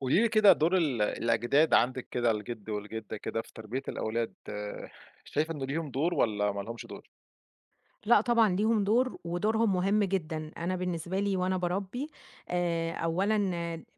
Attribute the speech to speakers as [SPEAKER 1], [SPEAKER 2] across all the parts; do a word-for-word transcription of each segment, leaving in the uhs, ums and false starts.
[SPEAKER 1] قولي لي كده دور ال الأجداد عندِك كده، الجد والجدة كده في تربية الأولاد، آه، شايفة إنه ليهم دور والّا ما لهمش دور؟
[SPEAKER 2] لأ طبعًا ليهم دور، ودورهم مهم جدًا. أنا بالنسبة لي وأنا باربّي آآ، أولًا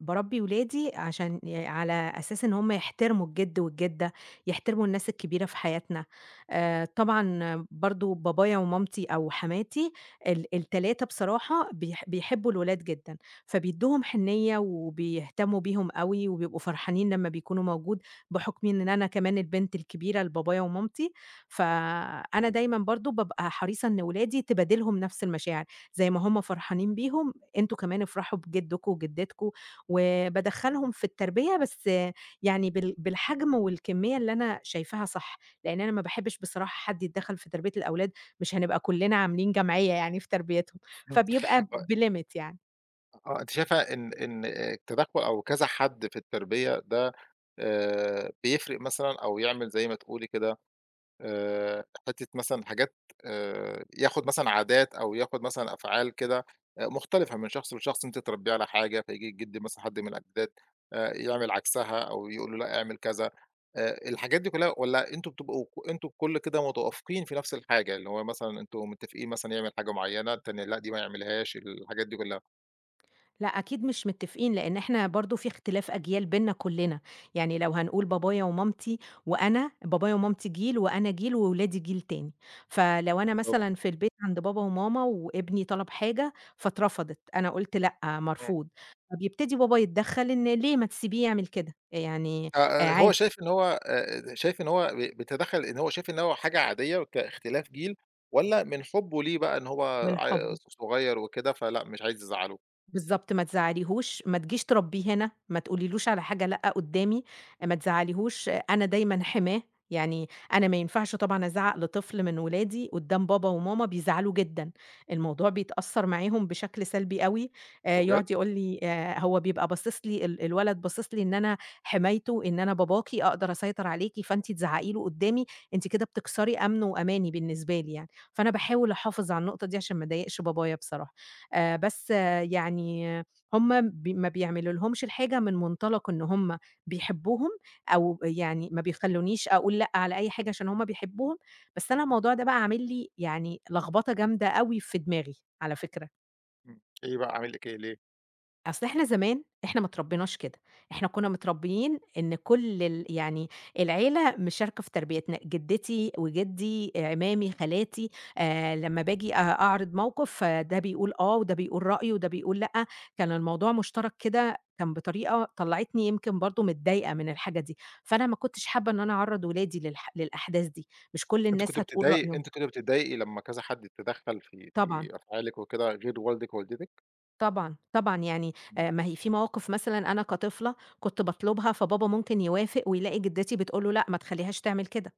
[SPEAKER 2] باربّي ولادي عشان ي على أساس إن هم يحترموا الجد والجدة، يحترموا الناس الكبيرة في حياتنا. آآ، طبعًا برضه بابايا ومامتي أو حماتي ال ال3 بصراحة بيح بيحبوا الولاد جدًا، فبيدّوهم حنيّة وبيهتموا بيهم أوي، وبيبقوا فرحانين لمّا بيكونوا موجود، بحكم إن أنا كمان البنت الكبيرة لبابايا ومامتي، فأنا دايمًا برضه بابقى حريصة إن ولادي تبادلهم نفس المشاعر، زي ما هم فرحانين بيهم، أنتم كمان افرحوا بجدكم وجدتكم، وبادخّلهم في التربية بس يعني بال بالحجم والكمية اللي أنا شايفاها صح، لإن أنا ما باحبش بصراحة حد يتدخّل في تربية الأولاد، مش هنبقى كلنا عاملين جمعية يعني في تربيتهم،
[SPEAKER 1] إمم.
[SPEAKER 2] فبيبقى
[SPEAKER 1] آه.
[SPEAKER 2] بlimit يعني.
[SPEAKER 1] آه. أنتِ شايفة إن إن التدخُّل أو كذا حد في التربية ده آآ، بيفرق مثلًا أو يعمل زي ما تقولي كده آآ، حتّة مثلًا حاجات آآ، ياخد مثلًا عادات أو ياخد مثلًا أفعال كده آآ، مختلفة من شخص لشخص، أنتِ تربّيه على حاجة فييجي جِد مثلًا حد من الأجداد آآ، يعمل عكسها أو يقول له لأ اعمل كذا آآ، الحاجات دي كلّها والّا أنتم بتبقوا ك أنتم الكل كده متوافقين في نفس الحاجة، اللي هو مثلًا أنتم متّفقين مثلًا يعمل حاجة معيّنة، التاني لأ دي ما يعملهاش، الحاجات دي كلّها؟
[SPEAKER 2] لأ، أكيد مش متّفقين، لإن إحنا برضه في اختلاف أجيال بيننا كُلّنا، يعني لو هنقول بابايا ومامتي وأنا، بابايا ومامتي جيل وأنا جيل وولادي جيل تاني، فلو أنا
[SPEAKER 1] بالضبط.
[SPEAKER 2] مثلًا في البيت عند بابا وماما وابني طلب حاجة فاترفضت، أنا قُلت لأ،
[SPEAKER 1] إمم.
[SPEAKER 2] مرفوض، فبيبتدي بابا يتدخّل إن ليه ما تسيبيه يعمل كده، يعني آآ
[SPEAKER 1] آآ، هو
[SPEAKER 2] عادي
[SPEAKER 1] شايف إن هو آآ، شايف إن هو ب بيتدخّل إن هو شايف إن هو حاجة عادية كاختلاف جيل، والّا من حُبّه ليه بقى إن هو
[SPEAKER 2] من
[SPEAKER 1] ع
[SPEAKER 2] حُبّي.
[SPEAKER 1] صغيّر وكده فلأ مش عايز يزعّله؟
[SPEAKER 2] بالضبط، ما تزعّليهوش، ما تجيش تربّيه هنا، ما تقوليلوش على حاجة لأ قُدّامي، ما تزعّليهوش، أنا دايمًا حماه، يعني أنا ما ينفعش طبعًا أزعّق لطفل من ولادي قُدّام بابا وماما بيزعلوا جدًا، الموضوع بيتأثّر معاهم بشكل سلبي أوي. آآ
[SPEAKER 1] طب بجد!
[SPEAKER 2] يقعد يقول لي آآ هو بيبقى باصص لي ال الولد باصص لي إن أنا حمايته، إن أنا باباكِ، أقدر أسيطر عليكِ، فأنتِ تزعّقي له قُدّامي، أنتِ كده بتكسري أمنه وأماني بالنسبة لي يعني، فأنا باحاول أحافظ على النقطة دي عشان ما أضايقش بابايا بصراحة، آآ بس يعني هُم بي ما بيعملوا لهمش الحاجة من منطلق إن هُم بيحبوهم أو يعني ما بيخلّونيش أقول لأ على أي حاجة عشان هُم بيحبوهم، بس أنا الموضوع ده بقى عامل لي يعني لخبطة جامدة أوي في دماغي على فكرة.
[SPEAKER 1] إمم. إيه بقى عامل لِك إيه ليه؟
[SPEAKER 2] أصل إحنا زمان إحنا ما اتربيناش كده، إحنا كنا متربيين إن كل ال يعني العيلة مشاركة في تربيتنا، جدتي وجدي، عمامي، خالاتي، آآ لمّا باجي أ أعرض موقف آه، ده بيقول آه، وده بيقول رأيه، وده بيقول لأ، كان الموضوع مشترك كده كان بطريقة طلّعتني يمكن برضه متضايقة من الحاجة دي، فأنا ما كنتش حابة إن أنا أعرّض ولادي للح للأحداث دي، مش كل
[SPEAKER 1] أنتِ كنتِ
[SPEAKER 2] الناس هتقول
[SPEAKER 1] بتتضايق
[SPEAKER 2] رأيهم.
[SPEAKER 1] أنتِ كنتِ بتتضايقي لمّا كذا حد اتدخّل في
[SPEAKER 2] طبعًا.
[SPEAKER 1] في أفعالِك وكده غير والدِك ووالدتِك؟
[SPEAKER 2] طبعًا، طبعًا، يعني
[SPEAKER 1] إمم.
[SPEAKER 2] آآ ما هي في مواقف مثلًا أنا كطفلة كنت باطلبها، فبابا ممكن يوافق ويلاقي جدتي بتقول له: "لأ، ما تخلّيهاش تعمل كده."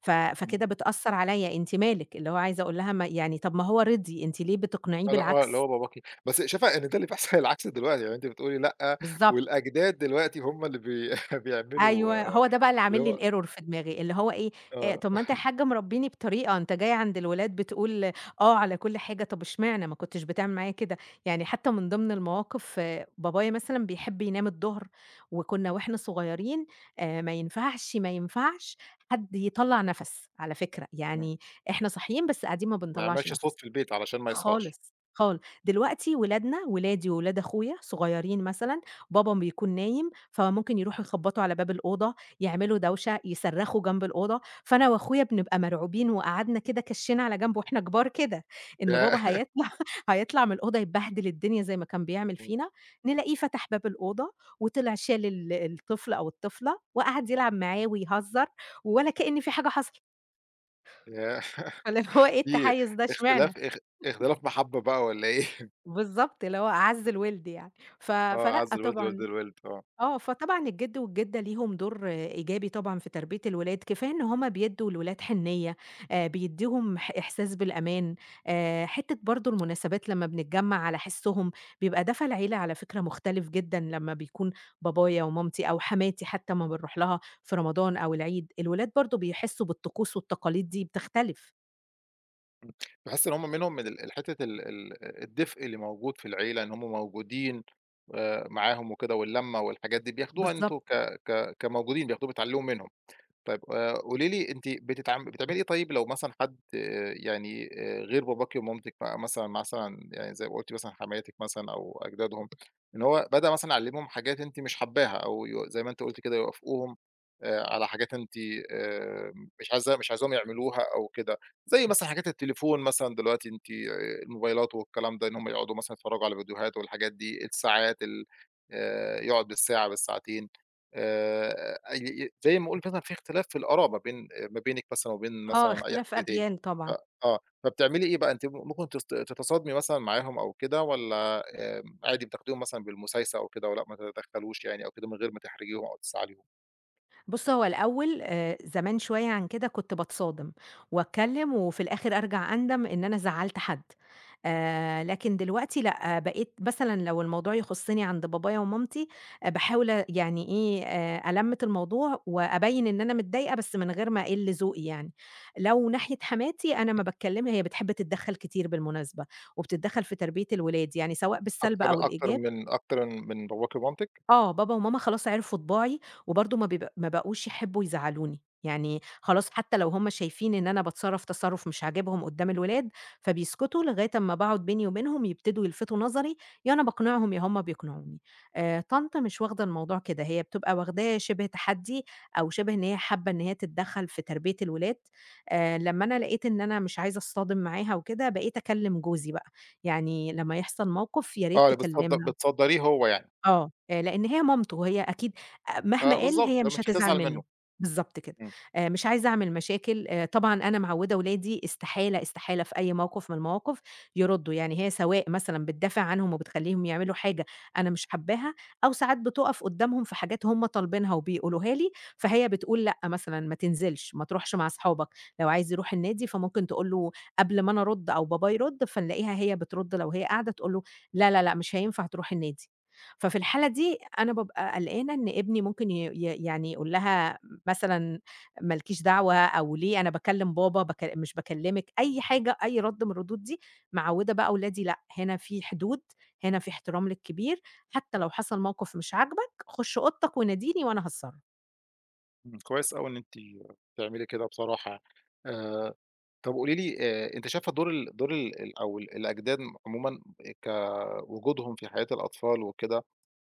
[SPEAKER 2] ف
[SPEAKER 1] إمم.
[SPEAKER 2] فكده بتأثّر عليّا، أنتِ مالِك؟ اللي هو عايزة أقول لها ما يعني طَب ما هو رِضي، أنتِ ليه بتقنعيه
[SPEAKER 1] اللي هو آه، اللي
[SPEAKER 2] بالعكس؟
[SPEAKER 1] هو باباكِ. بس شايفة إن ده اللي بيحصل العكس دلوقتي، يعني أنتِ بتقولي لأ،
[SPEAKER 2] بالضبط.
[SPEAKER 1] والأجداد دلوقتي هم اللي بي بيعملوا
[SPEAKER 2] أيوه،
[SPEAKER 1] آه.
[SPEAKER 2] هو ده بقى اللي عامل
[SPEAKER 1] اللي
[SPEAKER 2] لي
[SPEAKER 1] هو.
[SPEAKER 2] الerror في دماغي، اللي هو إيه، آآ
[SPEAKER 1] آه.
[SPEAKER 2] طب ما أنت يا حاج مربّيني بطريقة، أنت جاي عند الولاد بتقول آه على كل حاجة، طب اشمعنى ما كنتش بتعمل معايا كده؟ يعني حتى من ضمن المواقف آه، بابايا مثلًا بيحب ينام الضهر، وكنا وإحنا صغيرين آآ ما ينفعش، ما ينفعش حد يطلّع نَفَس على فكرة،
[SPEAKER 1] إمم.
[SPEAKER 2] يعني إحنا صاحيين بس قاعدين ما
[SPEAKER 1] ما
[SPEAKER 2] بنطلّعش
[SPEAKER 1] يعملش صوت
[SPEAKER 2] نَفَس.
[SPEAKER 1] في البيت علشان ما يصحاش.
[SPEAKER 2] خالص، خال دلوقتي ولادنا، ولادي وولاد أخويا صغيّرين مثلًا، بابا بيكون نايم، فممكن يروحوا يخبّطوا على باب الأوضة، يعملوا دوشة، يصرّخوا جنب الأوضة، فأنا وأخويا بنبقى مرعوبين وقعدنا كده كشّنا على جنب وإحنا كبار كده، إن بابا
[SPEAKER 1] ياه!
[SPEAKER 2] هيطلع هيطلع من الأوضة يبهدل الدنيا زي ما كان بيعمل فينا، نلاقيه فتح باب الأوضة وطلع شال ال الطفل أو الطفلة وقعد يلعب معاه ويهزّر ولا كإن في حاجة حصلت.
[SPEAKER 1] ياه!
[SPEAKER 2] فاللي هو إيه
[SPEAKER 1] في
[SPEAKER 2] التحيّز ده اشمعنى؟
[SPEAKER 1] اختلاف اخ اختلاف محبة بقى والّا إيه؟
[SPEAKER 2] بالضبط، اللي هو أعَز الوِلد يعني. ف
[SPEAKER 1] آه،
[SPEAKER 2] فلأ
[SPEAKER 1] أعز الوالد ووالد
[SPEAKER 2] طبعًا
[SPEAKER 1] الوالد آه.
[SPEAKER 2] آه، فطبعًا الجِد والجِدة ليهم دور آه، إيجابي طبعًا في تربية الولاد، كفاية إن هُم بيدّوا الولاد حنيّة، آآ بيدّيهم ح إحساس بالأمان، آآ حتّة برضه المناسبات لمّا بنتجمّع على حِسّهم، بيبقى دفى العيلة على فكرة مختلف جدًا لمّا بيكون بابايا ومامتي أو حماتي حتّى أمّا بنروح لها في رمضان أو العيد، الولاد برضه بيحسّوا بالطقوس والتقاليد دي بتختلف.
[SPEAKER 1] باحس إن هم منهم من ال حتة ال ال الدفء اللي موجود في العيلة، إن هم موجودين آآ معاهم وكده واللمة والحاجات دي، بياخدوها أنتم
[SPEAKER 2] بالضبط.
[SPEAKER 1] ك ك كموجودين، بياخدوها بتعلّموا منهم. طيب آآ قولي لي أنتِ بتتعام بتعملي إيه طيب لو مثلًا حد آه، يعني آآ غير باباكِ ومامتِك بقى مثلًا مثلًا يعني زي ما قُلتِ مثلًا حماتِك مثلًا أو أجدادهم، إن هو بدأ مثلًا يعلّمهم حاجات أنتِ مش حاباها أو ي زي ما أنتِ قُلتِ كده يوافقوهم آآ على حاجات أنتِ آآ مش عايزة مش عايزاهم يعملوها أو كده، زي مثلًا حاجات التليفون مثلًا دلوقتي أنتِ آه، الموبايلات والكلام ده، إن هم يقعدوا مثلًا يتفرّجوا على فيديوهات والحاجات دي، الساعات ال آآ يقعد بالساعة، بالساعتين. آآ أي زي ما قُلت مثلًا في اختلاف في الآراء ما بين آه، ما بينِك مثلًا وبين
[SPEAKER 2] آه،
[SPEAKER 1] مثلًا أي
[SPEAKER 2] اختلاف
[SPEAKER 1] حد تاني.
[SPEAKER 2] أجيال
[SPEAKER 1] ف
[SPEAKER 2] طبعًا.
[SPEAKER 1] آه، فبتعملي إيه بقى أنتِ ممكن تست تتصادمي مثلًا معاهم أو كده والّا آمم عادي بتاخديهم مثلًا بالمسايسة أو كده ولأ ما تتدخلوش يعني أو كده من غير ما تحرجيهم أو تزعّليهم؟
[SPEAKER 2] بُص، هو الأول آآ زمان شوية عن كده كنت باتصادم وأتكلّم وفي الآخر أرجع أندم إن أنا زعّلت حد. آآ لكن دلوقتي لأ، آه، بقيت مثلًا لو الموضوع يخُصّني عند بابايا ومامتي، أ باحاول أ يعني إيه، آآ ألَمِّت الموضوع وأبيّن إن أنا متضايقة بس من غير ما أقِل ذوقي يعني. لو ناحية حماتي، أنا ما باتكلّمها هي بتحب تتدخّل كتير بالمناسبة وبتتدخّل في تربية الولاد، يعني سواء بالسلب
[SPEAKER 1] أكتر
[SPEAKER 2] أو
[SPEAKER 1] أكتر
[SPEAKER 2] الإيجاب.
[SPEAKER 1] من أكتر من باباكِ ومامتِك؟
[SPEAKER 2] آه، بابا وماما خلاص عرفوا طباعي، وبرضه ما بيب ما بقوش يحبّوا يزعّلوني، يعني خلاص حتى لو هُم شايفين إن أنا باتصرّف تصرُّف مش عاجبهم قدّام الولاد، فبيسكتوا لغاية أمّا باقعد بيني وبينهم يبتدوا يلفتوا نظري، يا أنا باقنعهم يا هُم بيقنعوني. آآ، طنط مش واخدة الموضوع كده، هي بتبقى واخداه شِبه تحدّي أو شِبه إن هي حابّة إن هي تتدخّل في تربية الولاد. آآ، لمّا أنا لقيت إن أنا مش عايزة أصطدم معاها وكده، بقيت أكلّم جوزي بقى، يعني لمّا يحصل موقف يا
[SPEAKER 1] آه،
[SPEAKER 2] ريت
[SPEAKER 1] اللي بتصد
[SPEAKER 2] تكلّمها.
[SPEAKER 1] بتصدّريه هو يعني.
[SPEAKER 2] آه، آآ لإن هي مامته وهي أكيد أ مهما
[SPEAKER 1] آه،
[SPEAKER 2] قال
[SPEAKER 1] بالضبط.
[SPEAKER 2] هي
[SPEAKER 1] اللي هو
[SPEAKER 2] مش
[SPEAKER 1] مش
[SPEAKER 2] هتزعل
[SPEAKER 1] هتزعل منه.
[SPEAKER 2] منه، بالضبط كده،
[SPEAKER 1] إمم.
[SPEAKER 2] آآ مش عايزة أعمل مشاكل، آآ طبعًا أنا معوّدة ولادي استحالة، استحالة في أي موقف من المواقف يردّوا، يعني هي سواء مثلًا بتدافع عنهم وبتخلّيهم يعملوا حاجة أنا مش حاباها، أو ساعات بتُقف قدّامهم في حاجات هُم طالبينها وبيقولوها لي، فهي بتقول لأ مثلًا ما تنزلش، ما تروحش مع أصحابك، لو عايز يروح النادي فممكن تقول له قبل ما أنا أرُد أو باباه يرُد، فنلاقيها هي بترُد لو هي قاعدة تقول له: "لا، لا، لأ، مش هينفع تروح النادي." ففي الحالة دي أنا بابقى قلقانة إن ابني ممكن ي ي يعني يقول لها مثلًا ما لكيش دعوة أو ليه أنا باكلم بابا بك مش باكلمِك، أي حاجة، أي رَد من الردود دي، معوّدة بقى ولادي لأ، هنا في حدود، هنا في احترام للكبير، حتى لو حصل موقف مش عاجبك خُش أوضتك وناديني وأنا هاتصرّف.
[SPEAKER 1] إمم. كويس أوي إن أنتِ بتعملي كده بصراحة. آآ طب قولي لي آآ، أنتِ شايفة دور ال دور ال ال أو ال الأجداد عمومًا كوجودهم في حياة الأطفال وكده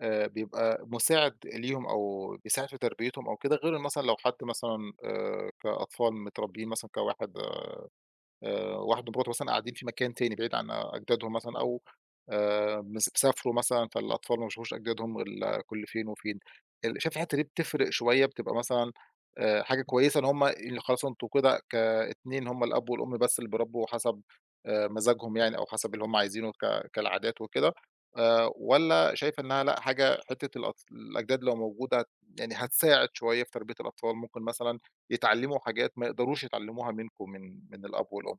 [SPEAKER 1] آآ، بيبقى مساعد ليهم أو بيساعد في تربيتهم أو كده، غير مثلًا لو حد مثلًا آآ، كأطفال متربيين مثلًا كواحد آآ واحد ومراته مثلًا قاعدين في مكان تاني بعيد عن أجدادهم مثلًا أو آآ مس سافروا مثلًا، فالأطفال ما بيشوفوش أجدادهم غير كل فين وفين. ال شايف الحتّة دي بتفرق شوية، بتبقى مثلًا آآ حاجة كويسة إن هم ال خلاص أنتم كده كاتنين هم الأب والأم بس اللي بيربّوا حسب آآ مزاجهم يعني أو حسب اللي هم عايزينه ك كالعادات وكده، آآ والّا شايفة إنها لأ، حاجة حتّة الأطف الأجداد لو موجودة يعني هتساعد شوية في تربية الأطفال، ممكن مثلًا يتعلّموا حاجات ما يقدروش يتعلّموها منكم من من الأب والأم؟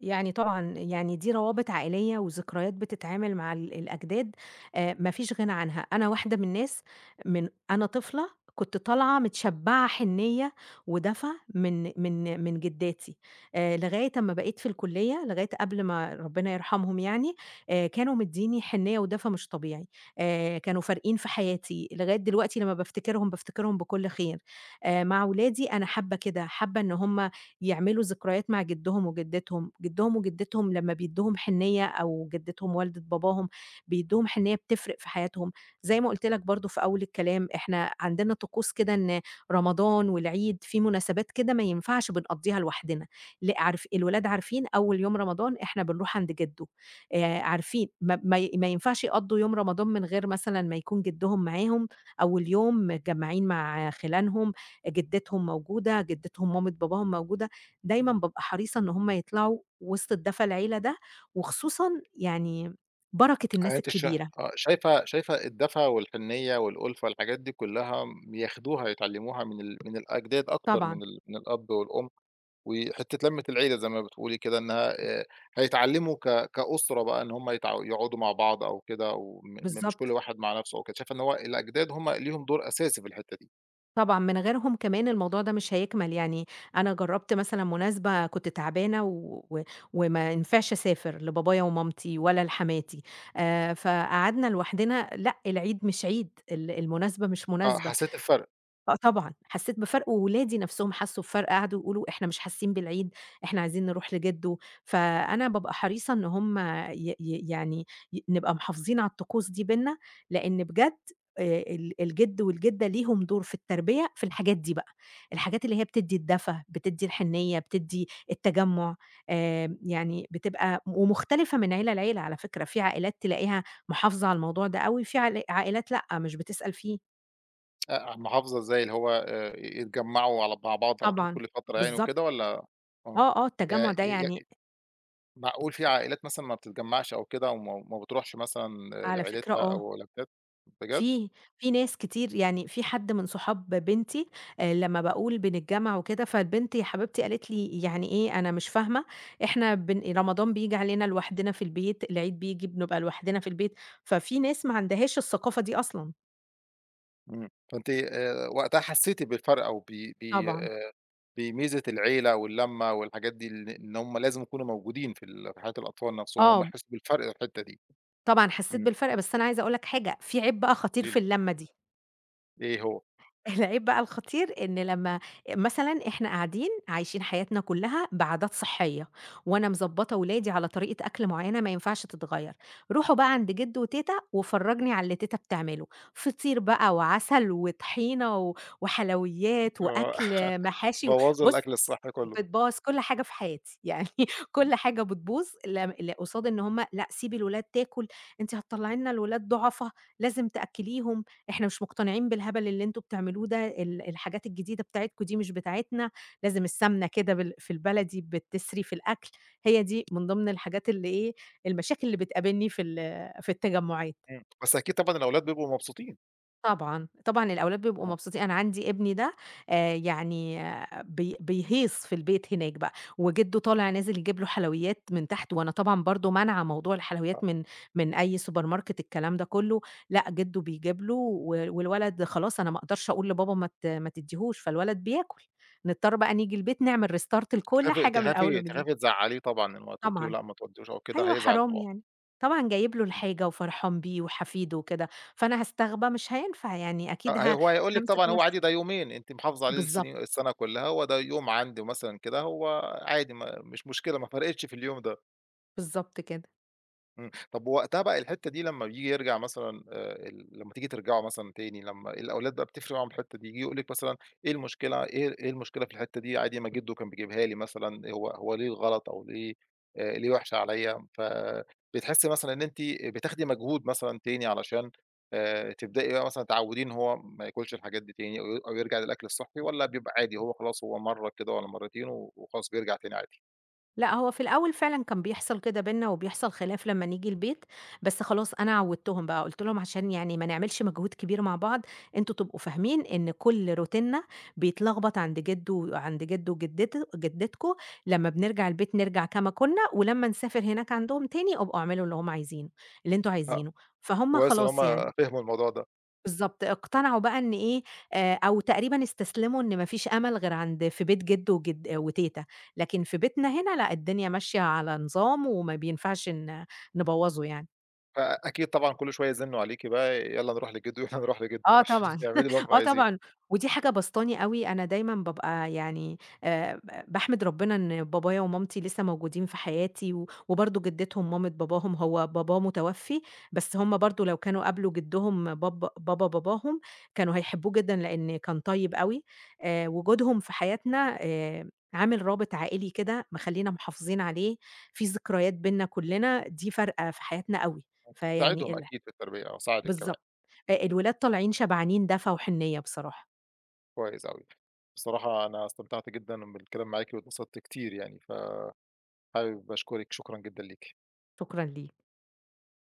[SPEAKER 2] يعني طبعًا يعني دي روابط عائلية وذكريات بتتعمل مع ال الأجداد آآ ما فيش غنى عنها، أنا واحدة من الناس من أنا طفلة كنت طالعة متشبعة حنيّة ودفى من من من جداتي، آآ لغاية أمّا بقيت في الكلية، لغاية قبل ما ربنا يرحمهم يعني، آآ كانوا مدّيني حنيّة ودفى مش طبيعي، آآ كانوا فارقين في حياتي، لغاية دلوقتي لمّا بافتكرهم بافتكرهم بكل خير، آآ مع ولادي أنا حابة كده، حابة إن هُم يعملوا ذكريات مع جدهم وجدتهم، جدهم وجدتهم لمّا بيدّوهم حنيّة أو جدتهم والدة باباهم بيدّوهم حنيّة بتفرق في حياتهم، زي ما قُلت لك برضه في أول الكلام إحنا عندنا طقوس كده إن رمضان والعيد في مناسبات كده ما ينفعش بنقضّيها لوحدنا، ل عارف الولاد عارفين أول يوم رمضان إحنا بنروح عند جده، آآ عارفين ما ما ي ما ينفعش يقضّوا يوم رمضان من غير مثلًا ما يكون جدهم معاهم، أول يوم متجمّعين مع خِلانهم، جدتهم موجودة، جدتهم مامة باباهم موجودة. دايمًا بابقى حريصة إن هم يطلعوا وسط الدفا العيلة ده، وخصوصًا يعني بركة الناس
[SPEAKER 1] حياة الش
[SPEAKER 2] الكبيرة.
[SPEAKER 1] آه، شايفة شايفة الدفا والحنيّة والألفة الحاجات دي كلّها بياخدوها يتعلّموها من ال من الأجداد أكتر
[SPEAKER 2] طبعًا،
[SPEAKER 1] من ال من الأب والأم، وحتّة لمّة العيلة زي ما بتقولي كده إنها آآ، هيتعلّموا ك كأسرة بقى إن هم يتع يقعدوا مع بعض أو كده أو م م مش كل
[SPEAKER 2] بالضبط،
[SPEAKER 1] واحد مع نَفْسه أو كده، شايفة إن هو الأجداد هم ليهم دور أساسي في الحتّة دي.
[SPEAKER 2] طبعًا، من غيرهم كمان الموضوع ده مش هيكمل، يعني أنا جرّبت مثلًا مناسبة كنت تعبانة و و وما ينفعش أسافر لبابايا ومامتي ولا لحماتي، آآ، فقعدنا لوحدنا لأ، العيد مش عيد، ال المناسبة مش
[SPEAKER 1] آه،
[SPEAKER 2] مناسبة.
[SPEAKER 1] حسّيتِ بفرق.
[SPEAKER 2] آه طبعًا، حسّيت بفرق وولادي نَفْسهم حسّوا بفرق، قعدوا يقولوا إحنا مش حاسين بالعيد، إحنا عايزين نروح لجِدّو، فأنا بابقى حريصة إن هم ي ي يعني ي نبقى محافظين على الطقوس دي بيننا، لإن بجد آآ ال الجِد والجِدة ليهم دور في التربية في الحاجات دي بقى، الحاجات اللي هي بتدّي الدفى، بتدّي الحنيّة، بتدّي التجمُّع، آآ يعني بتبقى ومختلفة من عيلة لعيلة على فكرة، في عائلات تلاقيها محافظة على الموضوع ده أوي، في عل عائلات لأ، مش بتسأل فيه.
[SPEAKER 1] آآ، محافظة إزاي اللي هو آآ، يتجمّعوا على مع بعض على طول
[SPEAKER 2] طبعًا،
[SPEAKER 1] كل فترة يعني
[SPEAKER 2] بالضبط.
[SPEAKER 1] وكده والّا؟ آه.
[SPEAKER 2] آه، آه،
[SPEAKER 1] يع
[SPEAKER 2] التجمُّع ده
[SPEAKER 1] ي
[SPEAKER 2] يعني
[SPEAKER 1] معقول في
[SPEAKER 2] ف
[SPEAKER 1] عائلات مثلًا ما بتتجمّعش أو كده وما ما بتروحش مثلًا
[SPEAKER 2] على فكرة
[SPEAKER 1] لعيلتها أو
[SPEAKER 2] آه،
[SPEAKER 1] والدتها. بجد؟
[SPEAKER 2] في في ناس كتير يعني في حد من صحاب بنتي آآ، لمّا باقول بنتجمّع وكده، فالبنت يا حبيبتي قالت لي: "يعني إيه أنا مش فاهمة، إحنا بن رمضان بييجي علينا لوحدنا في البيت، العيد بييجي بنبقى لوحدنا في البيت." ففي ناس ما عندهاش الثقافة دي أصلًا.
[SPEAKER 1] إمم. فأنتِ آآ وقتها حسّيتِ بالفرق أو ب ب
[SPEAKER 2] طبعًا،
[SPEAKER 1] آآ بميزة العيلة واللمّة والحاجات دي ال إن هم لازم يكونوا موجودين في ال في حياة الأطفال نَفْسهم، هم
[SPEAKER 2] آه،
[SPEAKER 1] يحسّوا بالفرق في الحتّة دي.
[SPEAKER 2] طبعًا حسّيت
[SPEAKER 1] إمم.
[SPEAKER 2] بالفرق، بس أنا عايزة أقول لك حاجة، في عيب بقى خطير
[SPEAKER 1] قولي
[SPEAKER 2] في
[SPEAKER 1] لي
[SPEAKER 2] اللمة دي.
[SPEAKER 1] إيه هو؟
[SPEAKER 2] العيب بقى الخطير إن لمّا مثلًا إحنا قاعدين عايشين حياتنا كلّها بعادات صحية، وأنا مضبّطة ولادي على طريقة أكل معيّنة ما ينفعش تتغيّر، روحوا بقى عند جِدّو وتيتة وفرّجني على اللي تيتة بتعمله، فطير بقى وعسل وطحينة و وحلويات
[SPEAKER 1] آه.
[SPEAKER 2] وأكل محاشي و
[SPEAKER 1] بوّظوا
[SPEAKER 2] بُص
[SPEAKER 1] الأكل الصحّي كُلّه.
[SPEAKER 2] بتبوّظ كل حاجة في حياتي، يعني كل حاجة بتبوظ لم ل قصاد إن هم لأ، سيبي الولاد تاكل، أنتِ هتطلّعي لنا الولاد ضُعفا، لازم تأكّليهم، إحنا مش مقتنعين بالهبل اللي أنتم بتعملوه ده، ال الحاجات الجديدة بتاعتكم دي مش بتاعتنا، لازم السمنة كده بال في البلدي بتسري في الأكل، هي دي من ضمن الحاجات اللي إيه، المشاكل اللي بتقابلني في ال في التجمُّعات.
[SPEAKER 1] إمم. بس أكيد طبعًا الأولاد بيبقوا مبسوطين.
[SPEAKER 2] طبعًا، طبعًا الأولاد بيبقوا
[SPEAKER 1] آه.
[SPEAKER 2] مبسوطين، أنا عندي ابني ده آآ يعني بي بيهيص في البيت هناك بقى، وجده طالع نازل يجيب له حلويات من تحت، وأنا طبعًا برضه مانعة موضوع
[SPEAKER 1] آه.
[SPEAKER 2] الحلويات من من أي سوبر ماركت الكلام ده كلّه، لأ جده بيجيب له و والولد خلاص أنا ما أقدرش أقول لبابا ما ت ما تديهوش، فالولد بياكل، نضطر بقى نيجي البيت نعمل restart لكل
[SPEAKER 1] تخافي
[SPEAKER 2] حاجة من أول
[SPEAKER 1] تخافي
[SPEAKER 2] وجديد.
[SPEAKER 1] تخافي تزعّليه طبعًا لمّا تقولتِ له
[SPEAKER 2] طبعًا.
[SPEAKER 1] لأ ما تودّيهوش أو كده
[SPEAKER 2] أيوه
[SPEAKER 1] هيزعل
[SPEAKER 2] حرام
[SPEAKER 1] طبعًا.
[SPEAKER 2] يعني، طبعًا جايب له الحاجة وفرحان بيه وحفيده وكده، فأنا هاستغبى مش هينفع يعني أكيد ه
[SPEAKER 1] آه، هي هو هيقول لِك
[SPEAKER 2] هامسك
[SPEAKER 1] طبعًا هو
[SPEAKER 2] نفسي
[SPEAKER 1] عادي ده يومين، أنتِ محافظة عليه
[SPEAKER 2] بالضبط،
[SPEAKER 1] السنين السنة كلّها، هو ده يوم عندي مثلًا كده، هو عادي ما مش مشكلة ما فرقتش في اليوم ده.
[SPEAKER 2] بالضبط كده.
[SPEAKER 1] إمم. طب وقتها بقى الحتّة دي لمّا بييجي يرجع مثلًا آآ ال لمّا تيجي ترجعوا مثلًا تاني، لمّا الأولاد بقى بتفرق معاهم الحتّة دي، ييجي يقول لِك مثلًا إيه المشكلة إيه إيه المشكلة في الحتّة دي عادي ما جدو كان بيجيبها لي مثلًا، هو هو ليه الغلط أو ليه آآ ليه وِحشة عليّا، فبتحسّي مثلًا إن أنتِ بتاخدي مجهود مثلًا تاني علشان آآ تبدئي بقى مثلًا تعوّديه إن هو ما ياكلش الحاجات دي تاني أو ي أو يرجع للأكل الصحّي والّا بيبقى عادي هو خلاص هو مرّة كده والّا مرّتين و وخلاص بيرجع تاني عادي؟
[SPEAKER 2] لأ، هو في الأول فعلًا كان بيحصل كده بيننا وبيحصل خلاف لمّا نيجي البيت، بس خلاص أنا عوّدتهم بقى، قُلت لهم عشان يعني ما نعملش مجهود كبير مع بعض، أنتم تبقوا فاهمين إن كل روتيننا بيتلخبط عند جده وعند جده وجدته جدتكم، لمّا بنرجع البيت نرجع كما كنا، ولمّا نسافر هناك عندهم تاني ابقوا اعملوا اللي هم عايزينه اللي أنتم
[SPEAKER 1] آه،
[SPEAKER 2] عايزينه، فهُم
[SPEAKER 1] كويس إن هم
[SPEAKER 2] خلاص يعني.
[SPEAKER 1] فهموا الموضوع ده.
[SPEAKER 2] بالضبط، اقتنعوا بقى إن إيه، آآ أو تقريبًا استسلموا إن ما فيش أمل غير عند في بيت جِدّو وجد وتيتة، لكن في بيتنا هنا لأ، الدنيا ماشية على نظام وما بينفعش ن نبوّظه يعني.
[SPEAKER 1] فأكيد طبعًا كل شوية يزنّوا عليكِ بقى يالّا نروح لجدو، يالّا نروح لجدو
[SPEAKER 2] آه
[SPEAKER 1] عشان
[SPEAKER 2] طبعًا.
[SPEAKER 1] يعملوا اللي هم
[SPEAKER 2] آه
[SPEAKER 1] عايزينه،
[SPEAKER 2] طبعًا، ودي حاجة باسطاني أوي، أنا دايمًا بابقى يعني آآ ب باحمد ربنا إن بابايا ومامتي لسه موجودين في حياتي، و وبرضه جدتهم مامة باباهم هو باباه متوفي، بس هم برضه لو كانوا قابلوا جدهم باب بابا باباهم، كانوا هيحبوه جدًا لإن كان طيب أوي، آآ وجودهم في حياتنا آآ عامل رابط عائلي كده مخلّينا محافظين عليه، في ذكريات بيننا كلّنا دي فارقة في حياتنا أوي، فيعني
[SPEAKER 1] تساعدهم
[SPEAKER 2] ال
[SPEAKER 1] أكيد في التربية آه، ساعدِك كمان.
[SPEAKER 2] بالضبط، آآ الولاد طالعين شبعانين دفى وحنيّة بصراحة.
[SPEAKER 1] كويس أوي. بصراحة أنا استمتعت جدًا بالكلام معاكِ واتبسطت كتير يعني، فحابب أشكرِك، شكرًا جدًا ليكِ.
[SPEAKER 2] شكرًا ليك.